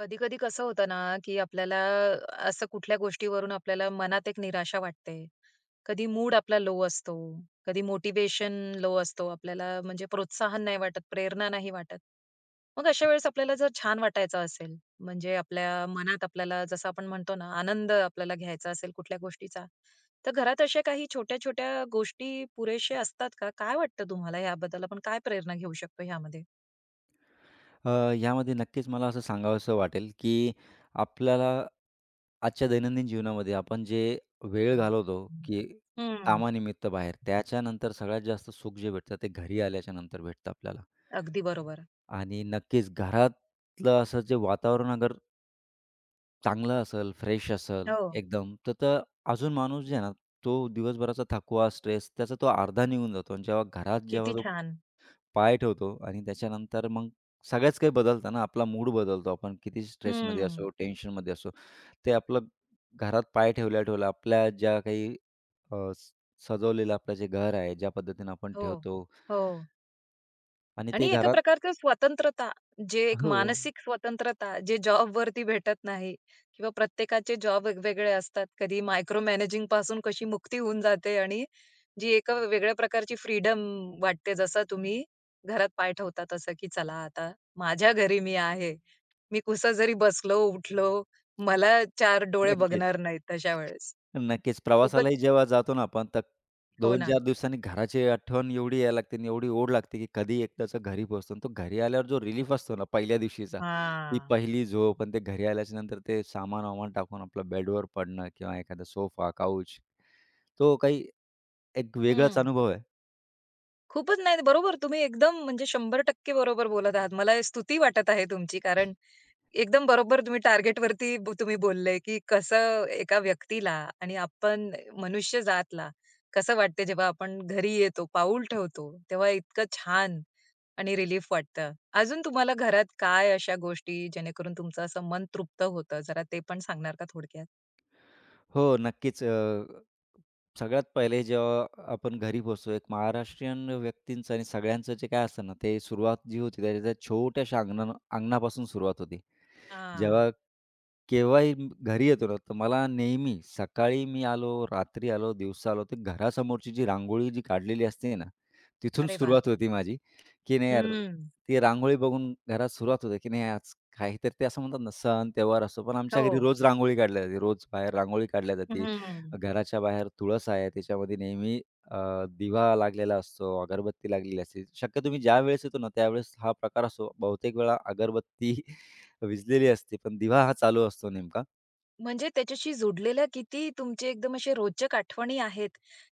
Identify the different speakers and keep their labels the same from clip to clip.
Speaker 1: कधी कधी कसं होतं ना, की आपल्याला असं कुठल्या गोष्टीवरून आपल्याला मनात एक निराशा वाटते. कधी मूड आपला लो असतो, कधी मोटिवेशन लो असतो. आपल्याला म्हणजे प्रोत्साहन नाही वाटत, प्रेरणा नाही वाटत. मग अशा वेळेस आपल्याला जर छान वाटायचं असेल, म्हणजे आपल्या मनात आपल्याला जसं आपण म्हणतो ना, आनंद आपल्याला घ्यायचा असेल कुठल्या गोष्टीचा, तर घरात अशा काही छोट्या-छोट्या गोष्टी पुरेशा असतात का? काय वाटतं तुम्हाला याबद्दल? आपण काय प्रेरणा घेऊ शकतो ह्यामध्ये?
Speaker 2: यामध्ये नक्कीच मला असं सांगावसं वाटेल, की आपल्याला आजच्या दैनंदिन जीवनामध्ये आपण जे वेळ घालवतो, की
Speaker 1: हं.
Speaker 2: कामानिमित्त बाहेर, त्याच्यानंतर सगळ्यात जास्त सुख जे भेटतं ते घरी आल्याच्या नंतर भेटतं आपल्याला.
Speaker 1: अगदी बरोबर.
Speaker 2: आणि नक्कीच घरातलं असं जे वातावरण अगर चांगलं असेल, फ्रेश असेल
Speaker 1: हो,
Speaker 2: एकदम, तर तर अजून माणूस जे आहे ना, तो दिवसभराचा थकवा, स्ट्रेस त्याचा तो अर्धा निघून जातो. आणि जेव्हा घरात जेव्हा
Speaker 1: किती
Speaker 2: तो
Speaker 1: छान.
Speaker 2: पाय ठेवतो आणि त्याच्यानंतर मग सगळ्याच काही बदलतं ना, आपला मूड बदलतो. आपण किती स्ट्रेसमध्ये
Speaker 1: हं.
Speaker 2: असो, टेन्शनमध्ये असो, ते आपलं घरात पाय ठेवल्या-ठेवल्या आपल्या ज्या काही अ, स सजवलेलं आपलं जे घर आहे, ज्या पद्धतीनं आपण
Speaker 1: हो,
Speaker 2: ठेवतो
Speaker 1: हो.
Speaker 2: आणि ते
Speaker 1: आणि एका
Speaker 2: घरात.
Speaker 1: प्रकारचं स्वतंत्रता, जे एक
Speaker 2: हो,
Speaker 1: मानसिक स्वतंत्रता, जे जॉबवरती भेटत नाही किंवा प्रत्येकाचे जॉब वेगवेगळे असतात. कधी मायक्रो मॅनेजिंग पासून कशी मुक्ती होऊन जाते आणि जी एका वेगळ्या प्रकारची फ्रीडम वाटते, जसं तुम्ही घरात पाय ठेवता तसं, की चला आता माझ्या घरी मी आहे. मी कुसं जरी बसलो, उठलो, मला 4 डोळे
Speaker 2: नक्कीच.
Speaker 1: बघणार नाहीत तशा वेळेस.
Speaker 2: नक्कीच.
Speaker 1: खूपच.
Speaker 2: प्रवासालाही जेव्हा जातो ना आपण, तर
Speaker 1: हो ना.
Speaker 2: 2-4 दिवसांनी घराची आठवण एवढी यायला लागते आणि एवढी ओढ लागते, की कधी एकदाचं घरी पोहोचतो. आणि तो घरी आल्यावर जो रिलीफ असतो ना पहिल्या दिवशीचा, ती
Speaker 1: हां.
Speaker 2: पहिली झोप आणि ते घरी आल्याच्या नंतर ते सामान-वामान टाकून आपलं बेडवर पडणं किंवा एखादा सोफा, काउच, तो काही एक वेगळाच
Speaker 1: हं.
Speaker 2: अनुभव आहे.
Speaker 1: खूपच नाही, बरोबर तुम्ही एकदम म्हणजे 100% बरोबर बोलत आहात. मला स्तुती वाटत आहे तुमची, कारण एकदम बरोबर तुम्ही टार्गेट वरती तुम्ही बोलले, की कसं एका व्यक्तीला आणि आपण मनुष्य जातला कसं वाटते जेव्हा आपण घरी येतो, पाऊल ठेवतो, तेव्हा इतकं छान आणि रिलीफ वाटतं. अजून तुम्हाला घरात काय अशा गोष्टी जेणेकरून तुमचं असं मन तृप्त होतं? जरा ते पण सांगणार का थोडक्यात?
Speaker 2: हो, नक्कीच. सगळ्यात पहिले जेव्हा आपण घरी पोहोचतो, एक महाराष्ट्रीयन व्यक्तींचं आणि सगळ्यांचं जे काय असतं ना, ते सुरुवात जी होती त्याच्या त्या छोट्याशा अंगणापासून सुरुवात होते.
Speaker 1: हां.
Speaker 2: जेव्हा केव्हाही घरी येतो ना, तर मला नेहमी सकाळी मी आलो, रात्री आलो, दिवसा आलो, तर घरासमोरची जी रांगोळी जी काढलेली असते ना, तिथून
Speaker 1: अरे वाह!
Speaker 2: सुरुवात होती माझी, की नाही यार,
Speaker 1: हं.
Speaker 2: ती रांगोळी बघून घरात सुरुवात होते, की नाही आज काहीतरी ते असं म्हणतात ना, सण त्योहार असतो, पण आमच्या
Speaker 1: हो.
Speaker 2: घरी रोज रांगोळी काढल्या जाते. रोज बाहेर रांगोळी काढल्या जाते.
Speaker 1: हं.
Speaker 2: घराच्या बाहेर तुळस आहे, त्याच्यामध्ये नेहमी अ, दिवा लागलेला असतो, अगरबत्ती लागलेली असते. शक्य तुम्ही ज्यावेळेस येतो ना, त्यावेळेस हा प्रकार असतो. बहुतेक वेळा अगरबत्ती विझलेली असते, पण दिवा हा चालू असतो नेमका.
Speaker 1: म्हणजे त्याच्याशी जोडलेल्या किती तुमचे एकदम असे रोचक आठवणी आहेत,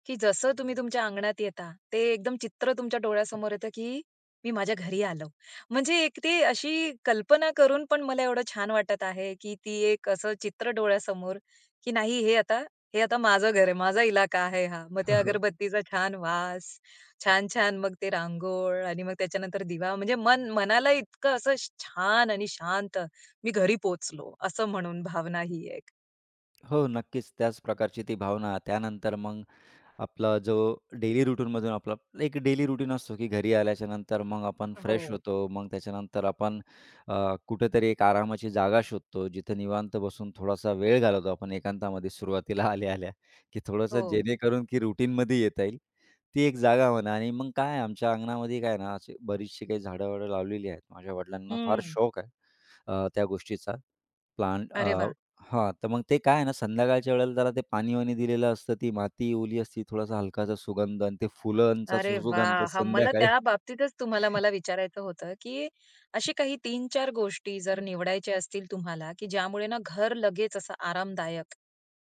Speaker 1: की जसं तुम्ही तुमच्या अंगणात येता, ते एकदम चित्र तुमच्या डोळ्यासमोर येतं, की मी माझ्या घरी आलो. म्हणजे एक ते अशी कल्पना करून पण मला एवढं छान वाटत आहे, की ती एक असं चित्र डोळ्यासमोर, की नाही हे आता माझं घर आहे, माझा इलाका आहे हा. मग ते
Speaker 2: हो, हो.
Speaker 1: अगरबत्तीचा छान वास, छान-छान मग ते रांगोळ आणि मग त्याच्यानंतर दिवा म्हणजे मन मनाला इतकं असं छान आणि शांत, मी घरी पोहोचलो असं म्हणून भावना ही एक.
Speaker 2: हो, नक्कीच त्याच प्रकारची ती भावना. त्यानंतर मग आपला जो डेली रूटीनमधून आपला एक डेली रूटीन असतो की घरी आल्याच्यानंतर मग आपण
Speaker 1: हो,
Speaker 2: फ्रेश होतो. मग त्याच्यानंतर आपण कुठेतरी एक आरामाची जागा शोधतो. जिथे निवांत बसून थोडासा वेळ घालवतो आपण एकांतामध्ये सुरुवातीला आल्या-आल्या, की थोडंसं
Speaker 1: हो.
Speaker 2: जेणेकरून की रूटीनमध्ये येता येईल. ती एक जागा म्हणा आणि मग काय आमच्या अंगणामध्ये काय ना अशी बरीचशी काही झाडं-वाडं लावलेली आहेत. माझ्या वडिलांना फार
Speaker 1: हं.
Speaker 2: शौक आहे त्या गोष्टीचा, प्लांट.
Speaker 1: अरे वा.
Speaker 2: हां, तर मग ते काय आहे ना, संध्याकाळच्या वेळेला त्याला ते पाणी-वाणी दिलेलं असतं, ती माती ओली असती, थोडासा हलकासा सुगंध आणि ते फुलांचा
Speaker 1: अरे वा,
Speaker 2: सुगंध
Speaker 1: हां, मला
Speaker 2: संध्याकाळी.
Speaker 1: त्या बाबतीतच तुम्हाला मला विचारायचं होतं, की अशी काही तीन-चार गोष्टी जर निवडायच्या असतील तुम्हाला, की ज्यामुळे ना घर लगेच असं आरामदायक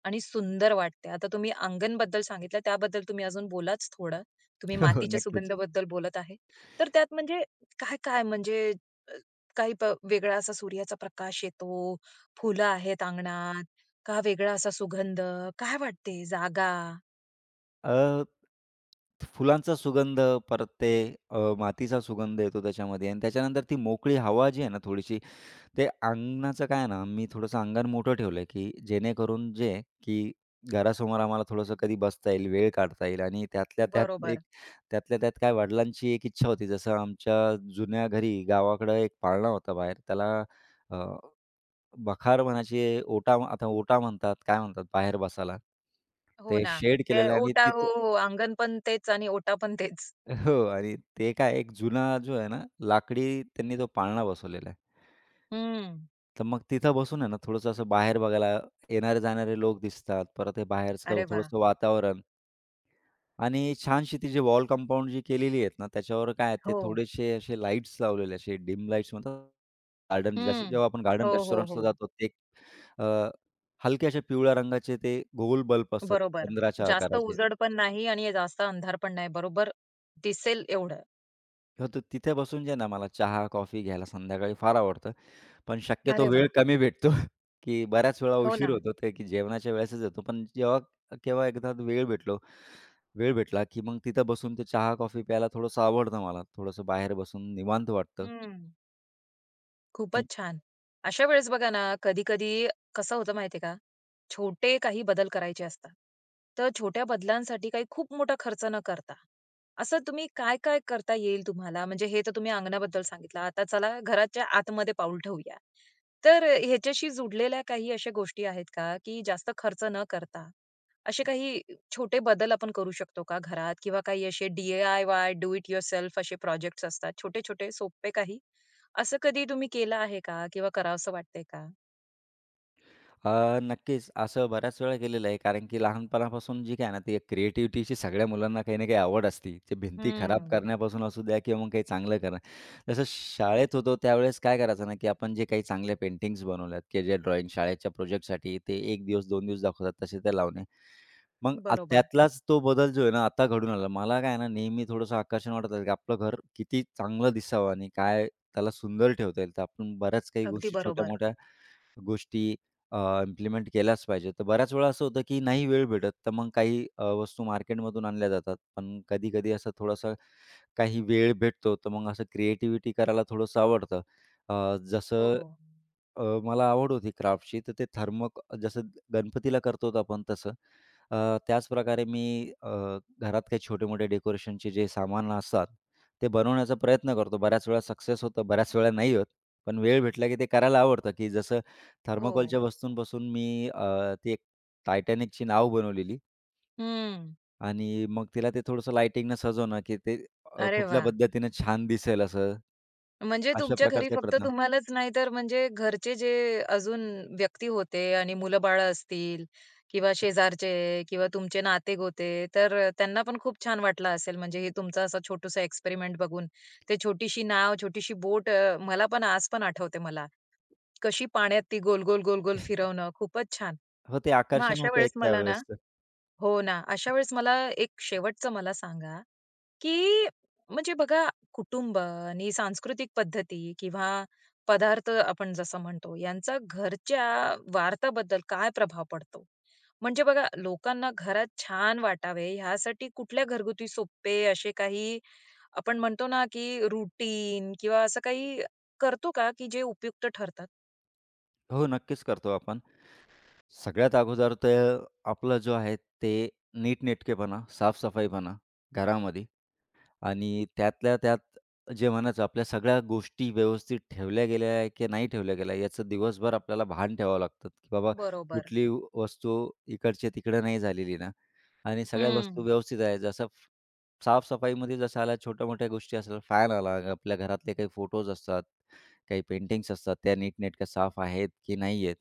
Speaker 1: आणि सुंदर वाटते. आता तुम्ही अंगणबद्दल सांगितलं, त्याबद्दल तुम्ही अजून बोलाच थोडं. तुम्ही
Speaker 2: हो,
Speaker 1: मातीच्या
Speaker 2: नक्कीच.
Speaker 1: सुगंधाबद्दल बोलत आहे. तर त्यात म्हणजे काय-काय म्हणजे अ, काही प वेगळा असा सूर्याचा प्रकाश येतो, फुलं आहेत अंगणात, का वेगळा असा सुगंध? काय वाटते जागा?
Speaker 2: अ, फुलांचा सुगंध, परत ते मातीचा सुगंध येतो त्याच्यामध्ये आणि त्याच्यानंतर ती मोकळी हवा जी आहे ना थोडीशी, ते अंगणाचं काय आहे ना, मी थोडंसं अंगण मोठं ठेवलंय, की जेणेकरून जे आहे, की घरासमोर आम्हाला थोडंसं कधी बसता येईल, वेळ काढता येईल आणि त्यातल्या त्यात एक,
Speaker 1: बरोबर.
Speaker 2: त्यातल्या त्यात काय वडिलांची एक इच्छा होती, जसं आमच्या जुन्या घरी गावाकडं एक पाळणा होता बाहेर, त्याला अ, बखार म्हणायची, ओटा आता ओटा म्हणतात, काय म्हणतात बाहेर बसायला.
Speaker 1: हो
Speaker 2: ते
Speaker 1: ना.
Speaker 2: शेड
Speaker 1: ते
Speaker 2: केलेलं आहे आणि
Speaker 1: ओटा हो,
Speaker 2: तिथं
Speaker 1: हो. अंगण पण तेच आणि ओटा पण तेच.
Speaker 2: हो, आणि ते काय एक जुना जो आहे ना, लाकडी त्यांनी तो पाळणा बसवलेला आहे.
Speaker 1: हं.
Speaker 2: तर मग तिथं बसून आहे ना, थोडंसं असं बाहेर बघायला येणारे-जाणारे लोक दिसतात. परत हे बाहेरचं
Speaker 1: अरे वाह!
Speaker 2: थोडंसं वातावरण आणि छानशी ती जी वॉल कंपाउंड जी केलेली आहेत ना, त्याच्यावर काय आहे ते
Speaker 1: हो.
Speaker 2: थोडेसे असे लाईट्स लावलेले, असे डिम लाईट्स म्हणतात. गार्डन जसं
Speaker 1: हं.
Speaker 2: जेव्हा आपण
Speaker 1: हो,
Speaker 2: गार्डन
Speaker 1: हो,
Speaker 2: रेस्टॉरंट्सला
Speaker 1: हो.
Speaker 2: जातो ते अ, हलके अशा पिवळ्या रंगाचे ते गोल बल्ब असतात
Speaker 1: बरोबर.
Speaker 2: चंद्राच्या
Speaker 1: जास्त
Speaker 2: आकाराचे.
Speaker 1: उजड पण नाही आणि जास्त अंधार पण नाही. बरोबर, दिसेल एवढं.
Speaker 2: हो, तर तिथे बसून जे ना मला चहा, कॉफी घ्यायला संध्याकाळी फार आवडतं. पण शक्यतो
Speaker 1: अरे
Speaker 2: वेळ
Speaker 1: वाह!
Speaker 2: कमी भेटतो, की बऱ्याच वेळा
Speaker 1: हो
Speaker 2: उशीर
Speaker 1: ना.
Speaker 2: होतो ते की जेवणाच्या वेळेसच येतो. पण जेव्हा केव्हा एकदा वेळ भेटला, की मग तिथं बसून ते चहा, कॉफी प्यायला थोडंसं आवडतं मला. थोडंसं बाहेर बसून निवांत वाटतं.
Speaker 1: हं. खूपच छान. अशा वेळेस बघा ना, कधी-कधी कसं होतं माहिती का, छोटे काही बदल करायचे असतात. तर छोट्या बदलांसाठी काही खूप मोठा खर्च न करता, असं तुम्ही काय-काय करता येईल तुम्हाला? म्हणजे हे तर तुम्ही अंगणाबद्दल सांगितलं. आता चला घराच्या आतमध्ये पाऊल ठेवूया. तर ह्याच्याशी जुडलेल्या काही अशा गोष्टी आहेत का, की जास्त खर्च न करता, असे काही छोटे बदल आपण करू शकतो का घरात? किंवा काही असे डी-आय-वाय, डू इट युअरसेल्फ असे प्रोजेक्ट्स असतात छोटे-छोटे, सोपे काही? असं कधी तुम्ही केलं आहे का? किंवा करावसं वाटतंय का?
Speaker 2: नक्कीच असं बऱ्याच वेळा केलेलं आहे. कारण की लहानपणापासून जी काय ना, ती क्रिएटिव्हिटीची सगळ्या मुलांना काही ना काही आवड असते. ते भिंती खराब
Speaker 1: हं.
Speaker 2: करण्यापासून असू द्या किंवा मग काही चांगलं करणं. जसं शाळेत होतो त्यावेळेस काय करायचं ना, की आपण जे काही चांगल्या पेंटिंग्स बनवल्यात, की जे ड्रॉइंग शाळेच्या प्रोजेक्टसाठी ते 1 दिवस, 2 दिवस दाखवतात तसे ते लावणे. मग
Speaker 1: बरोबर.
Speaker 2: त्यातलाच तो बदल जो आहे ना, आता घडून आला. मला काय ना, नेहमी थोडंसं आकर्षण वाटतं, की आपलं घर किती चांगलं दिसावं आणि काय त्याला सुंदर ठेवता येईल. तर आपण बऱ्याच काही
Speaker 1: अगदी
Speaker 2: गोष्टी
Speaker 1: बरोबर.
Speaker 2: छोट्या-मोठ्या गोष्टी अ, इम्प्लिमेंट केल्याच पाहिजे. तर बऱ्याच वेळा असं होतं, की नाही वेळ भेटत, तर मग काही वस्तू मार्केटमधून आणल्या जातात. पण कधी-कधी असं थोडासा काही वेळ भेटतो, तर मग असं क्रिएटिव्हिटी करायला थोडंसं आवडतं. अ,
Speaker 1: हो.
Speaker 2: जसं मला आवड होती क्राफ्टची, तर ते जसं गणपतीला करतो आपण तसं. अ, त्याच प्रकारे मी अ, घरात काही छोटे-मोठे डेकोरेशनचे जे सामान असतात, ते बनवण्याचा प्रयत्न करतो. बऱ्याच वेळा सक्सेस होतं, बऱ्याच वेळा नाही होत. पण वेळ भेटला की ते करायला आवडतं, की जसं
Speaker 1: हो.
Speaker 2: थर्मोकोलच्या वस्तूंपासून मी ती एक टायटॅनिकची नाव बनवलेली
Speaker 1: हं.
Speaker 2: आणि मग तिला ते थोडंसं लाइटिंगनं सजवणं, की ते
Speaker 1: अरे
Speaker 2: कुठल्या
Speaker 1: वा.
Speaker 2: पद्धतीनं छान दिसेल असं,
Speaker 1: म्हणजे
Speaker 2: अशा
Speaker 1: तुमच्या घरी
Speaker 2: प्रकारचा एक
Speaker 1: फक्त
Speaker 2: प्रयत्न.
Speaker 1: तुम्हालाच नाही तर म्हणजे घरचे जे अजून व्यक्ती होते आणि मुलं-बाळं असतील किंवा शेजारचे किंवा तुमचे नाते-गोते तर त्यांना पण खूप छान वाटलं असेल म्हणजे हे तुमचा असा छोटूसा एक्सपेरिमेंट बघून. ते छोटीशी नाव, छोटीशी बोट, मला पण आज पण आठवते मला. कशी पाण्यात ती गोल-गोल, गोल-गोल फिरवणं. खूपच छान.
Speaker 2: हो, ते
Speaker 1: मग
Speaker 2: आकर्षण
Speaker 1: अशा
Speaker 2: होतं एक
Speaker 1: वेळेस मला ना,
Speaker 2: त्यावेळेस.
Speaker 1: हो ना, अशा वेळेस मला एक शेवटचं मला सांगा, की म्हणजे बघा, कुटुंब आणि सांस्कृतिक पद्धती किंवा पदार्थ आपण जसं म्हणतो, यांचा घरच्या वार्ताबद्दल काय प्रभाव पडतो? म्हणजे बघा, लोकांना घरात छान वाटावे ह्यासाठी कुठल्या घरगुती सोपे असे काही आपण म्हणतो ना, की रूटीन किंवा असं काही करतो का, की जे उपयुक्त ठरतात?
Speaker 2: हो, नक्कीच करतो आपण. सगळ्यात अगोदर तर आपलं जो आहे ते नीटनेटकेपणा, साफ-सफाईपणा घरामध्ये आणि त्यातल्या त्यात जे म्हणायचं आपल्या सगळ्या गोष्टी व्यवस्थित ठेवल्या गेल्या आहे की नाही ठेवल्या गेल्या याचं दिवसभर आपल्याला भान ठेवावं लागतं, की बाबा
Speaker 1: बरोबर.
Speaker 2: कुठली वस्तू इकडच्या-तिकडे नाही झालेली ना आणि सगळ्या वस्तू
Speaker 1: हं.
Speaker 2: व्यवस्थित आहे. जसं साफ-सफाईमध्ये जसं आल्या छोट्या-मोठ्या गोष्टी असतात, फॅन आला, आपल्या घरातले काही फोटोज असतात, काही पेंटिंग्स असतात, त्या नीटनेटक्या साफ आहेत की नाही आहेत.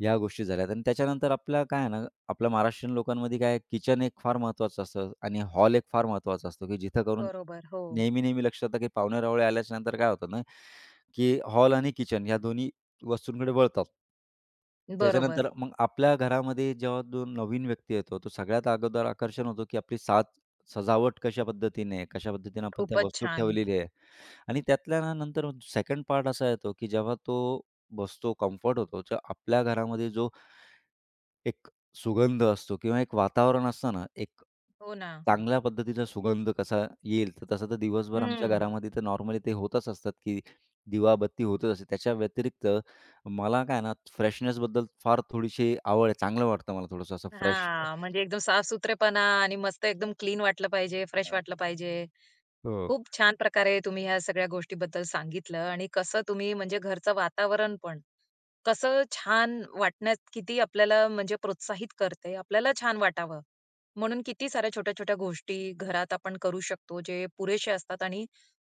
Speaker 2: या गोष्टी झाल्यात आणि त्याच्यानंतर आपला काय आहे ना, आपल्या महाराष्ट्रीयन लोकांमध्ये काय किचन एक फार महत्त्वाचं असतं आणि हॉल एक फार महत्त्वाचा असतो, की जिथं करून
Speaker 1: बरोबर. हो.
Speaker 2: नेहमी, नेहमी लक्षात येतं, की पाहुणे-रावळे आल्याच्या नंतर काय होतं ना, की हॉल आणि किचन या दोन्ही वस्तूंकडे वळतात.
Speaker 1: बरोबर.
Speaker 2: त्याच्यानंतर मग आपल्या घरामध्ये जेव्हा जो नवीन व्यक्ती येतो, तो सगळ्यात अगोदर आकर्षण होतो, की आपली सजावट कशा पद्धतीने आहे, कशा पद्धतीने आपण त्या
Speaker 1: खूपच
Speaker 2: वस्तू
Speaker 1: छान.
Speaker 2: ठेवलेली आहे आणि त्यातल्या ना नंतर सेकंड पार्ट असा येतो, की जेव्हा तो बसतो, कम्फर्ट होतो. जो आपल्या घरामध्ये जो एक सुगंध असतो किंवा एक वातावरण असतं ना, एक
Speaker 1: हो ना.
Speaker 2: चांगल्या पद्धतीचा सुगंध कसा येईल, तर तसं तर दिवसभर हं. आमच्या
Speaker 1: हं.
Speaker 2: घरामध्ये तर नॉर्मली ते होतच असतात, की दिवाबत्ती होतच असते. त्याच्या व्यतिरिक्त मला काय ना फ्रेशनेसबद्दल फार थोडीशी आवड आहे. चांगलं वाटतं मला थोडंसं असं फ्रेश.
Speaker 1: हां, म्हणजे एकदम साफसूत्रेपणा आणि मस्त एकदम क्लीन वाटलं पाहिजे, फ्रेश
Speaker 2: अ,
Speaker 1: वाटलं पाहिजे.
Speaker 2: हो.
Speaker 1: खूप छान प्रकारे तुम्ही ह्या सगळ्या गोष्टीबद्दल सांगितलं आणि कसं तुम्ही म्हणजे घरचं वातावरण पण कसं छान वाटण्यात किती आपल्याला म्हणजे प्रोत्साहित करते, आपल्याला छान वाटावं म्हणून किती साऱ्या छोट्या छोट्या गोष्टी घरात आपण करू शकतो जे पुरेशे असतात आणि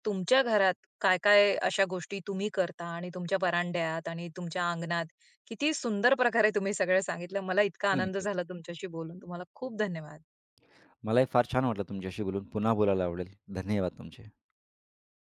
Speaker 1: तुमच्या घरात काय काय अशा गोष्टी तुम्ही करता आणि तुमच्या बरांड्यात आणि तुमच्या अंगणात किती सुंदर प्रकारे तुम्ही सगळं सांगितलं, मला इतका आनंद
Speaker 2: नक्कीच.
Speaker 1: झाला तुमच्याशी बोलून. तुम्हाला खूप धन्यवाद.
Speaker 2: मलाही फार छान वाटलं तुमच्याशी बोलून. पुन्हा बोलायला आवडेल. धन्यवाद तुमचे.